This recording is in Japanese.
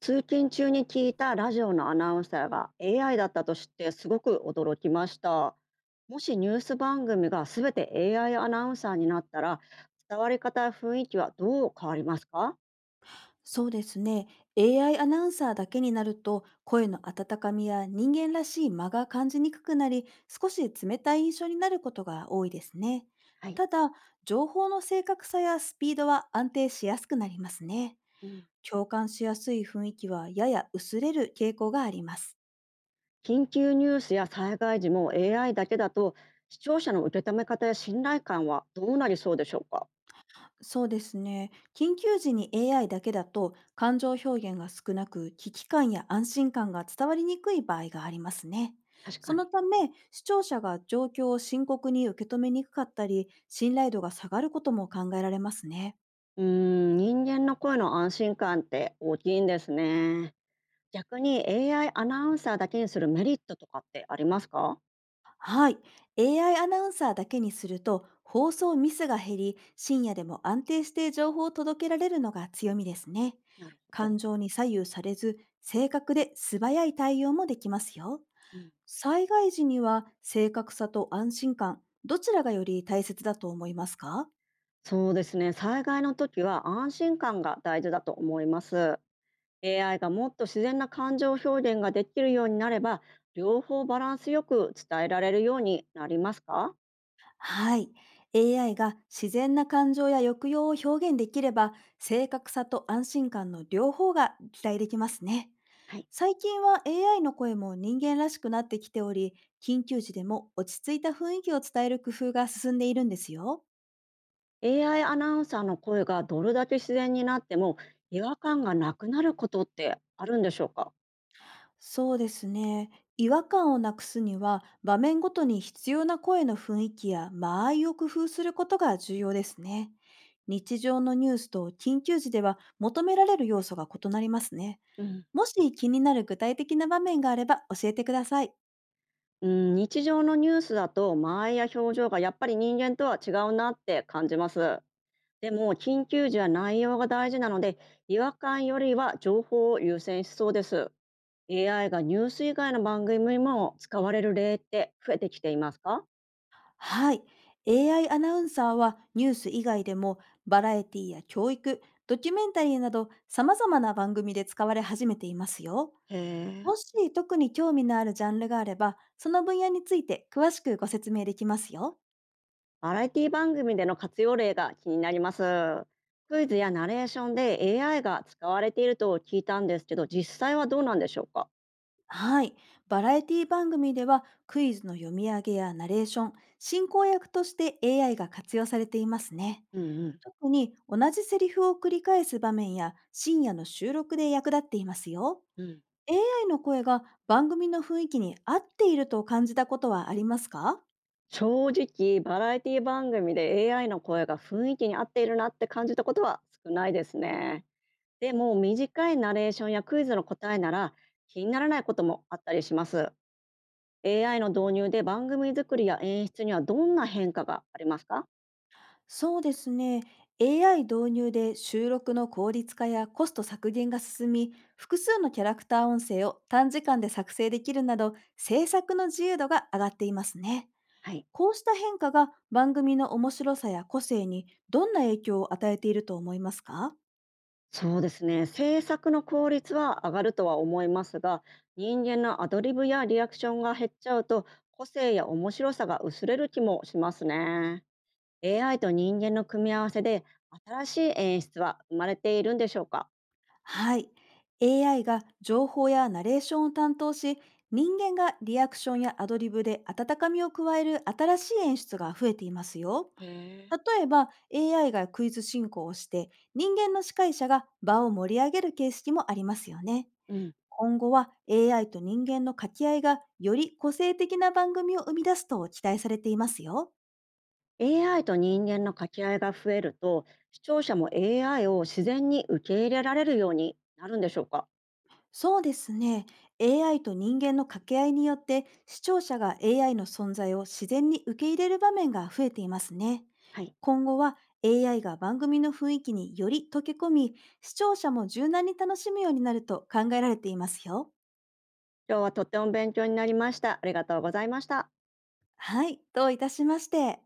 通勤中に聞いたラジオのアナウンサーが AI だったと知ってすごく驚きました。もしニュース番組がすべて AI アイアナウンサーになったら、伝わり方や雰囲気はどう変わりますか？そうですね。AI アイアナウンサーだけになると、声の温かみや人間らしい間が感じにくくなり、少し冷たい印象になることが多いですね。はい。ただ、情報の正確さやスピードは安定しやすくなりますね。うん。共感しやすい雰囲気はやや薄れる傾向があります。緊急ニュースや災害時も AI だけだと、視聴者の受け止め方や信頼感はどうなりそうでしょうか？そうですね。緊急時に AI だけだと、感情表現が少なく危機感や安心感が伝わりにくい場合がありますね。確そかのに。ため、視聴者が状況を深刻に受け止めにくかったり、信頼度が下がることも考えられますね。人間の声の安心感って大きいんですね。逆に AI アイアナウンサーだけにするメリットとかってありますか？はい。AI アイアナウンサーだけにすると、放送ミスが減り、深夜でも安定して情報を届けられるのが強みですね。なるほど。感情に左右されず、正確で素早い対応もできますよ。うん。災害時には正確さと安心感、どちらがより大切だと思いますか？そうですね。災害の時は安心感が大事だと思います。AI がもっと自然な感情表現ができるようになれば、両方バランスよく伝えられるようになりますか？はい。AI が自然な感情や抑揚を表現できれば、正確さと安心感の両方が期待できますね。はい。？最近は AI の声も人間らしくなってきており、緊急時でも落ち着いた雰囲気を伝える工夫が進んでいるんですよ。AI アイアナウンサーの声がどれだけ自然になっても違和感がなくなることってあるんでしょうか？そうですね。違和感をなくすには、場面ごとに必要な声の雰囲気や間合いを工夫することが重要ですね。日常のニュースと緊急時では求められる要素が異なりますね。うん。もし気になる具体的な場面があれば教えてください。うん、日常のニュースだと間合いや表情がやっぱり人間とは違うなって感じます。でも緊急時は内容が大事なので違和感よりは情報を優先しそうです。AI がニュース以外の番組にも使われる例って増えてきていますか？はい。AI アイアナウンサーはニュース以外でも、バラエティや教育、ドキュメンタリーなど様々な番組で使われ始めていますよ。へもえ。し特に興味のあるジャンルがあれば、その分野について詳しくご説明できますよ。バラエティ番組での活用例が気になります。クイズやナレーションで AI が使われていると聞いたんですけど実際はどうなんでしょうか？はい。バラエティ番組ではクイズの読み上げやナレーション、進行役として AI が活用されていますね。うんうん。特に同じセリフを繰り返す場面や深夜の収録で役立っていますよ。うん。AI の声が番組の雰囲気に合っていると感じたことはありますか？正直バラエティ番組で AI の声が雰囲気に合っているなって感じたことは少ないですね。でも短いナレーションやクイズの答えなら気にならないこともあったりします。AI の導入で番組作りや演出にはどんな変化がありますか？そうですね。AI 導入で収録の効率化やコスト削減が進み、複数のキャラクター音声を短時間で作成できるなど、制作の自由度が上がっていますね。はい。こうした変化が番組の面白さや個性にどんな影響を与えていると思いますか？そうですね。制作の効率は上がるとは思いますが、人間のアドリブやリアクションが減っちゃうと、個性や面白さが薄れる気もしますね。AI と人間の組み合わせで新しい演出は生まれているんでしょうか？はい。AI が情報やナレーションを担当し、人間がリアクションやアドリブで温かみを加える新しい演出が増えていますよ。へえ。例えば、 AI がクイズ進行をして、人間の司会者が場を盛り上げる形式もありますよね。うん、 今後は AI と人間の掛け合いがより個性的な番組を生み出すと期待されていますよ。AI と人間の掛け合いが増えると、視聴者も AI を自然に受け入れられるようになるんでしょうか。そうですね。AI と人間の掛け合いによって、視聴者が AI の存在を自然に受け入れる場面が増えていますね。はい、今後は AI が番組の雰囲気により溶け込み、視聴者も柔軟に楽しむようになると考えられていますよ。今日はとっても勉強になりました。ありがとうございました。はい、どういたしまして。